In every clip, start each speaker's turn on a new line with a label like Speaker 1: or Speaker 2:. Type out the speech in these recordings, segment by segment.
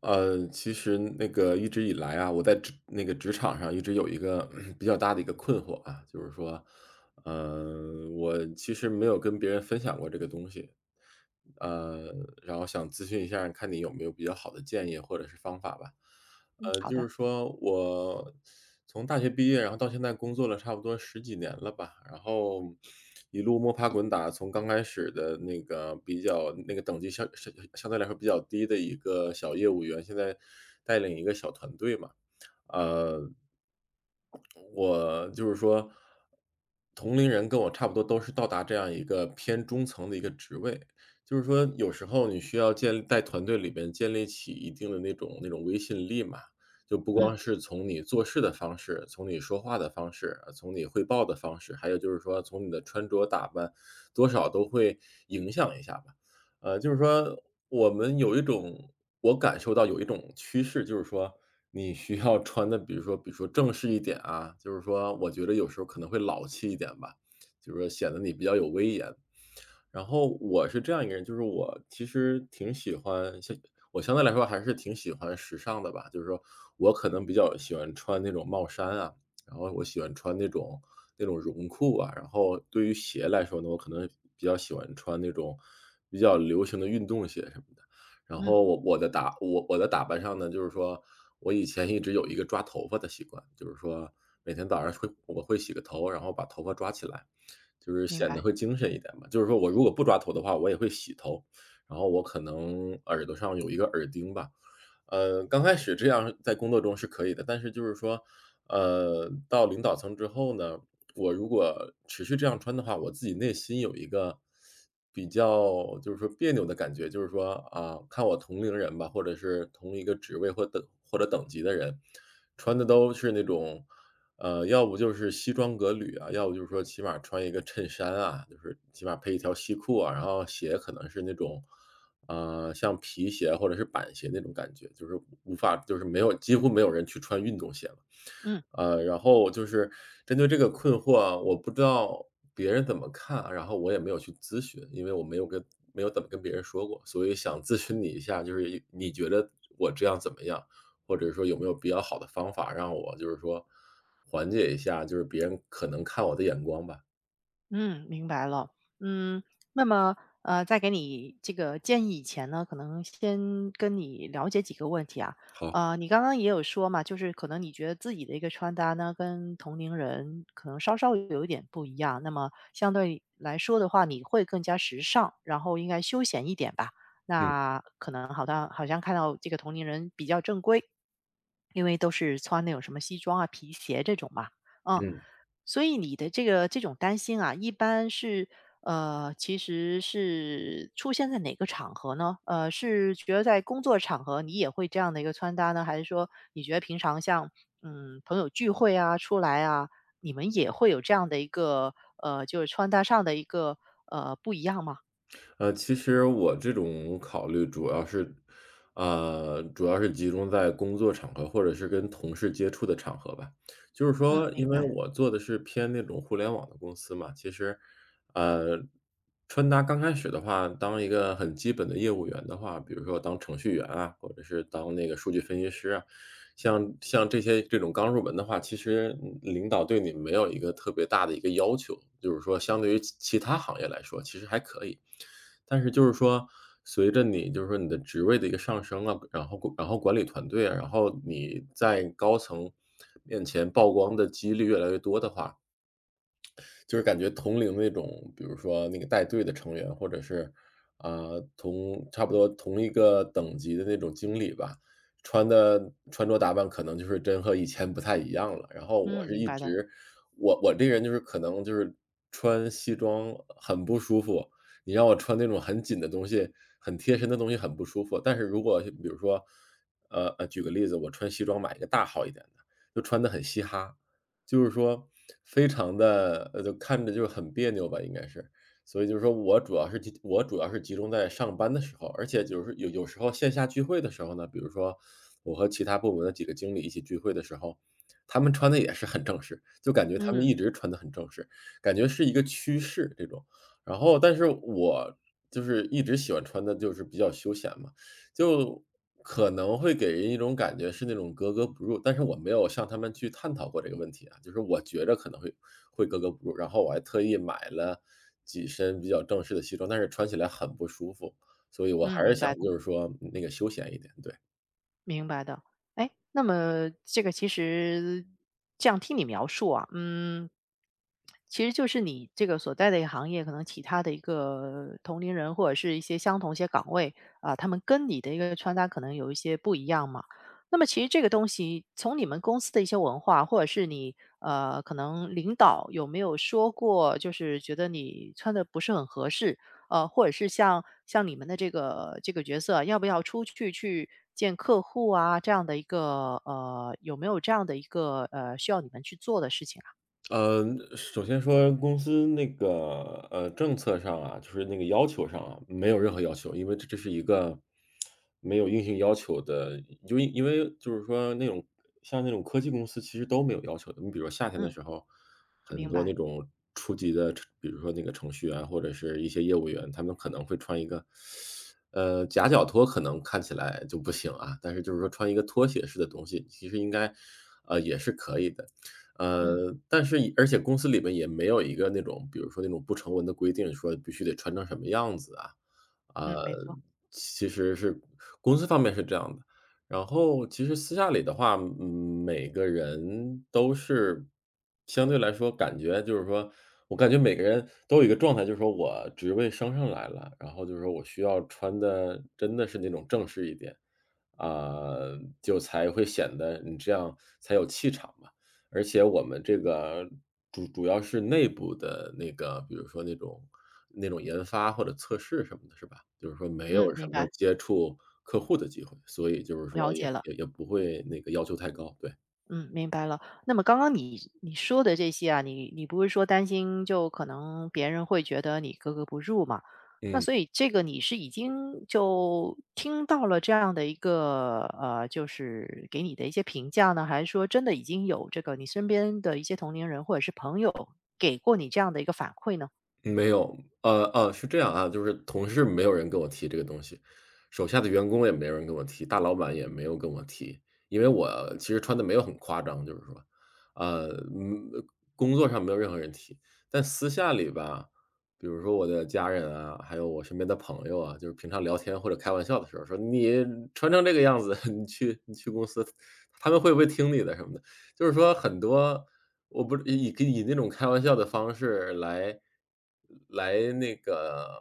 Speaker 1: 其实那个一直以来啊，我在职那个职场上一直有一个 比较大的一个困惑啊，就是说，我其实没有跟别人分享过这个东西，呃，然后想咨询一下，看你有没有比较好的建议或者是方法吧。
Speaker 2: 好
Speaker 1: 就
Speaker 2: 的，
Speaker 1: 是说我从大学毕业，然后到现在工作了差不多十几年了吧，然后一路摸爬滚打，从刚开始的那个比较那个等级相对来说比较低的一个小业务员，现在带领一个小团队嘛，呃我就是说，同龄人跟我差不多都是到达这样一个偏中层的一个职位，就是说有时候你需要建立在团队里边建立起一定的那种威信力嘛，就不
Speaker 2: 嗯
Speaker 1: 光是从你做事的方式，从你说话的方式，从你汇报的方式，还有就是说从你的穿着打扮，多少都会影响一下吧。就是说我们有一种我感受到有一种趋势，就是说你需要穿的，比如说正式一点啊，就是说我觉得有时候可能会老气一点吧，就是说显得你比较有威严。然后我是这样一个人，就是我其实挺喜欢，像我相对来说还是挺喜欢时尚的吧。就是说我可能比较喜欢穿那种帽衫啊，然后我喜欢穿那种绒裤啊。然后对于鞋来说呢，我可能比较喜欢穿那种比较流行的运动鞋什么的。然
Speaker 2: 嗯，
Speaker 1: 后我的打扮上呢，就是说我以前一直有一个抓头发的习惯，就是说每天早上我会洗个头，然后把头发抓起来。就是
Speaker 2: 明
Speaker 1: 显得
Speaker 2: 白，
Speaker 1: 会精神一点吧。就是说我如果不抓头的话，我也会洗头，然后我可能耳朵上有一个耳钉吧。刚开始这样在工作中是可以的，但是就是说，到领导层之后呢，我如果持续这样穿的话，我自己内心有一个比较就是说别扭的感觉，就是说啊，看我同龄人吧，或者是同一个职位或者等级的人，穿的都是那种，要不就是西装革履啊，要不就是说起码穿一个衬衫啊，就是起码配一条西裤啊，然后鞋可能是那种像皮鞋或者是板鞋那种感觉，就是无法就是没有几乎没有人去穿运动鞋了。
Speaker 2: 嗯
Speaker 1: 然后就是针对这个困惑啊，我不知道别人怎么看啊，然后我也没有去咨询，因为我没有跟没有怎么跟别人说过，所以想咨询你一下，就是一你觉得我这样怎么样？或者说有没有比较好的方法让我就是说缓解一下，就是别人可能看我的眼光吧。
Speaker 2: 嗯，明白了，嗯，那么在给你这个建议以前呢，可能先跟你了解几个问题啊。
Speaker 1: 好，
Speaker 2: 你刚刚也有说嘛，就是可能你觉得自己的一个穿搭呢，跟同龄人可能稍稍有一点不一样，那么相对来说的话，你会更加时尚，然后应该休闲一点吧。
Speaker 1: 嗯
Speaker 2: 那可能好像看到这个同龄人比较正规，因为都是穿那种什么西装啊、皮鞋这种嘛。嗯，
Speaker 1: 嗯。
Speaker 2: 所以你的这个这种担心啊，一般是其实是出现在哪个场合呢？呃，是觉得在工作场合你也会这样的一个穿搭呢，还是说你觉得平常像嗯朋友聚会啊、出来啊，你们也会有这样的一个就是穿搭上的一个不一样吗？
Speaker 1: 其实我这种考虑主要是，主要是集中在工作场合或者是跟同事接触的场合吧。就是
Speaker 2: 嗯，
Speaker 1: 说，因
Speaker 2: 明
Speaker 1: 为
Speaker 2: 白，
Speaker 1: 我做的是偏那种互联网的公司嘛，其实呃，穿搭刚开始的话，当一个很基本的业务员的话，比如说当程序员啊，或者是当那个数据分析师啊，像这些这种刚入门的话，其实嗯领导对你没有一个特别大的一个要求，就是说相对于其他行业来说，其实还可以。但是就是说，随着你就是说你的职位的一个上升啊，然后管理团队啊，然后你在高层面前曝光的几率越来越多的话，就是感觉同龄那种，比如说那个带队的成员，或者是，啊，差不多同一个等级的那种经理吧，穿的穿着打扮可能就是真和以前不太一样了。然后我
Speaker 2: 嗯，
Speaker 1: 是
Speaker 2: 明
Speaker 1: 一
Speaker 2: 白的，
Speaker 1: 直我这人就是可能就是穿西装很不舒服，你让我穿那种很紧的东西，很贴身的东西很不舒服。但是如果是比如说，举个例子，我穿西装买一个大号一点的，就穿的很嘻哈。就是说非常的，就看着就很别扭吧，应该是。所以就是说我主要是集中在上班的时候，而且就是有时候线下聚会的时候呢，比如说我和其他部门的几个经理一起聚会的时候，他们穿的也是很正式，就感觉他们
Speaker 2: 嗯
Speaker 1: 一直穿的很正式，感觉是一个趋势这种。然后但是我就是一直喜欢穿的就是比较休闲嘛，就可能会给人一种感觉是那种格格不入，但是我没有向他们去探讨过这个问题啊，就是我觉着可能会格格不入，然后我还特意买了几身比较正式的西装，但是穿起来很不舒服，所以我
Speaker 2: 嗯，
Speaker 1: 还是
Speaker 2: 明
Speaker 1: 想
Speaker 2: 白的。
Speaker 1: 就是说那个休闲一点，对。
Speaker 2: 明白的，哎，那么这个其实这样听你描述啊。嗯，其实就是你这个所在的一个行业，可能其他的一个同龄人或者是一些相同一些岗位啊，他们跟你的一个穿搭可能有一些不一样嘛。那么其实这个东西，从你们公司的一些文化，或者是你可能领导有没有说过，就是觉得你穿的不是很合适，或者是像你们的这个角色，要不要出去去见客户啊，这样的一个有没有这样的一个需要你们去做的事情啊？
Speaker 1: 呃，首先说公司那个，政策上啊，就是那个要求上啊，没有任何要求，因为这是一个没有硬性要求的。就因为就是说那种像那种科技公司其实都没有要求的。你比如说夏天的
Speaker 2: 嗯，
Speaker 1: 时候，很
Speaker 2: 明
Speaker 1: 多那
Speaker 2: 白，
Speaker 1: 种初级的程比如说那个程序员或者是一些业务员，他们可能会穿一个，夹脚拖可能看起来就不行啊，但是就是说穿一个拖鞋式的东西，其实应该，也是可以的。
Speaker 2: 嗯
Speaker 1: 但是而且公司里面也没有一个那种，比如说那种不成文的规定，说必须得穿成什么样子啊。
Speaker 2: 嗯，没
Speaker 1: 呃，
Speaker 2: 错，
Speaker 1: 其实是公司方面是这样的，然后其实私下里的话，嗯，每个人都是相对来说感觉就是说我感觉每个人都有一个状态，就是说我职位升上来了，然后就是说我需要穿的真的是那种正式一点，啊，就才会显得你这样才有气场嘛。而且我们这个主要是内部的那个，比如说那种研发或者测试什么的，是吧？就是说没
Speaker 2: 嗯，
Speaker 1: 有什
Speaker 2: 明
Speaker 1: 么
Speaker 2: 白，
Speaker 1: 接触客户的机会，所以就是说
Speaker 2: 了解了。
Speaker 1: 也不会那个要求太高，对。
Speaker 2: 嗯，明白了。那么刚刚你说的这些啊，你不是说担心就可能别人会觉得你格格不入嘛？那
Speaker 1: 嗯。
Speaker 2: 所以这个你是已经就听到了这样的一个就是给你的一些评价呢，还是说真的已经有这个你身边的一些同龄人或者是朋友给过你这样的一个反馈呢？
Speaker 1: 没有，是这样啊，就是同事没有人跟我提这个东西，手下的员工也没有人跟我提，大老板也没有跟我提，因为我其实穿的没有很夸张，就是说，呃，嗯，工作上没有任何人提，但私下里吧，比如说我的家人啊，还有我身边的朋友啊，就是平常聊天或者开玩笑的时候说你穿成这个样子，你去公司，他们会不会听你的什么的？就是说很多我不以那种开玩笑的方式来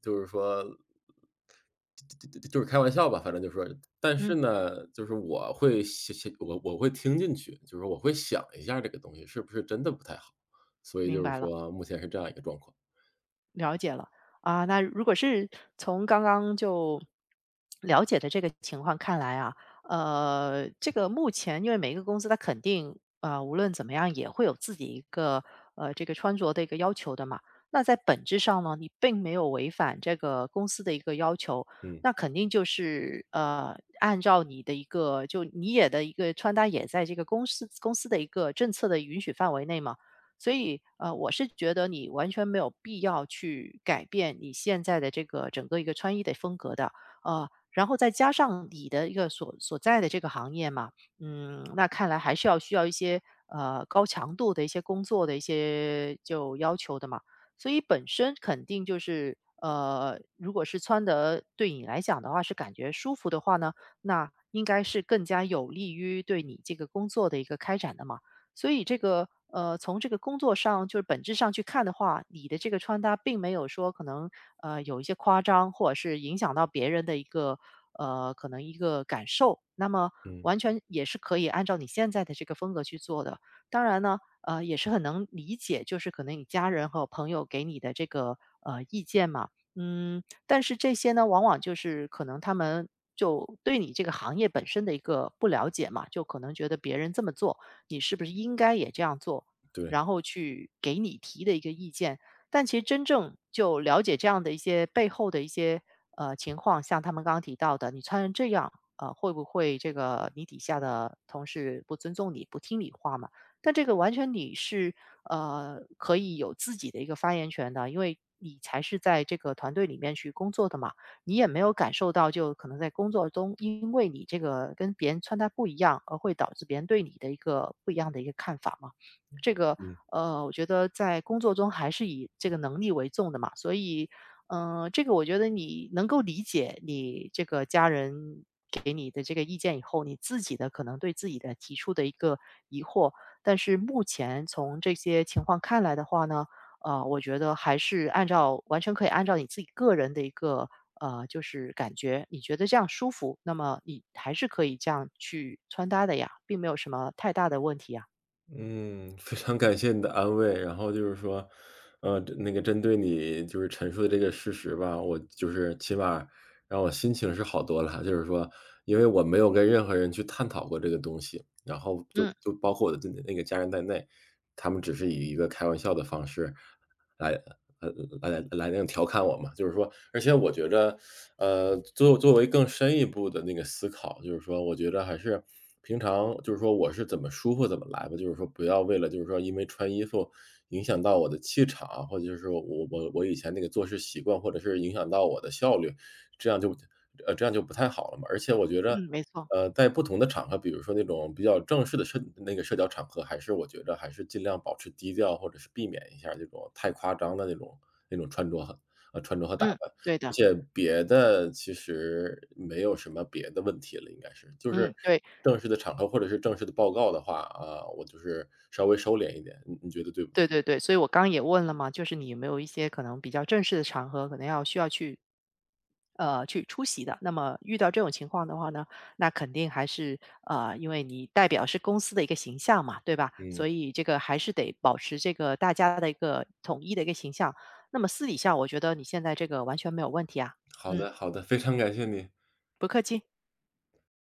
Speaker 1: 就是说就是开玩笑吧，反正就是说。但是
Speaker 2: 嗯，
Speaker 1: 呢，就是我会想我会听进去，就是我会想一下这个东西是不是真的不太好，所以
Speaker 2: 明
Speaker 1: 就是
Speaker 2: 白了。
Speaker 1: 说目前是这样一个状况。
Speaker 2: 了解了。啊，那如果是从刚刚就了解的这个情况看来啊，这个目前因为每一个公司它肯定，无论怎么样也会有自己一个，这个穿着的一个要求的嘛。那在本质上呢，你并没有违反这个公司的一个要求，
Speaker 1: 嗯，
Speaker 2: 那肯定就是，按照你的一个就你也的一个穿搭也在这个公司的一个政策的允许范围内嘛。所以，我是觉得你完全没有必要去改变你现在的这个整个一个穿衣的风格的。然后再加上你的一个所在的这个行业嘛。嗯，那看来还是要需要一些高强度的一些工作的一些就要求的嘛。所以本身肯定就是如果是穿的对你来讲的话是感觉舒服的话呢，那应该是更加有利于对你这个工作的一个开展的嘛。所以这个从这个工作上，就是本质上去看的话，你的这个穿搭并没有说可能有一些夸张，或者是影响到别人的一个可能一个感受，那么
Speaker 1: 嗯，
Speaker 2: 完全也是可以按照你现在的这个风格去做的。当然呢，也是很能理解，就是可能你家人和朋友给你的这个意见嘛。嗯，但是这些呢，往往就是可能他们就对你这个行业本身的一个不了解嘛，就可能觉得别人这么做。你是不是应该也这样做？
Speaker 1: 对。
Speaker 2: 然后去给你提的一个意见。但其实真正就了解这样的一些背后的一些情况，像他们刚刚提到的，你穿成这样，呃，会不会这个你底下的同事不尊重你，不听你话嘛？但这个完全你是可以有自己的一个发言权的，因为你才是在这个团队里面去工作的嘛。你也没有感受到，就可能在工作中，因为你这个跟别人穿搭不一样，而会导致别人对你的一个不一样的一个看法嘛？这个
Speaker 1: 嗯。
Speaker 2: 我觉得在工作中还是以这个能力为重的嘛。所以，嗯、这个我觉得你能够理解你这个家人给你的这个意见以后，你自己的可能对自己的提出的一个疑惑，但是目前从这些情况看来的话呢，我觉得还是按照完全可以按照你自己个人的一个就是感觉你觉得这样舒服，那么你还是可以这样去穿搭的呀，并没有什么太大的问题呀。
Speaker 1: 嗯，非常感谢你的安慰。然后就是说，那个针对你就是陈述的这个事实吧，我就是起码让我心情是好多了。就是说，因为我没有跟任何人去探讨过这个东西，然后就
Speaker 2: 嗯，
Speaker 1: 就包括我的那个家人在内，他们只是以一个开玩笑的方式来呃来那种调侃我嘛。就是说而且我觉着，作为更深一步的那个思考，就是说我觉着还是平常就是说我是怎么舒服怎么来吧，就是说不要为了就是说因为穿衣服影响到我的气场，或者就是我我以前那个做事习惯，或者是影响到我的效率，这样就这样就不太好了嘛。而且我觉着
Speaker 2: 嗯，没错，
Speaker 1: 在不同的场合，比如说那种比较正式的那个社交场合，还是我觉得还是尽量保持低调，或者是避免一下这种太夸张的那种穿着和穿着和打
Speaker 2: 嗯，
Speaker 1: 扮。
Speaker 2: 对
Speaker 1: 而
Speaker 2: 的，
Speaker 1: 且别的其实没有什么别的问题了，应该是。就是
Speaker 2: 嗯，对。
Speaker 1: 正式的场合或者是正式的报告的话，啊，我就是稍微收敛一点，你觉得对不对？
Speaker 2: 对对对，所以我刚也问了嘛，就是你有没有一些可能比较正式的场合，可能要需要去，去出席的。那么遇到这种情况的话呢，那肯定还是因为你代表是公司的一个形象嘛，对吧？
Speaker 1: 嗯，
Speaker 2: 所以这个还是得保持这个大家的一个统一的一个形象。那么私底下，我觉得你现在这个完全没有问题啊。
Speaker 1: 好
Speaker 2: 嗯，
Speaker 1: 的好的，非常感谢你。
Speaker 2: 不客气。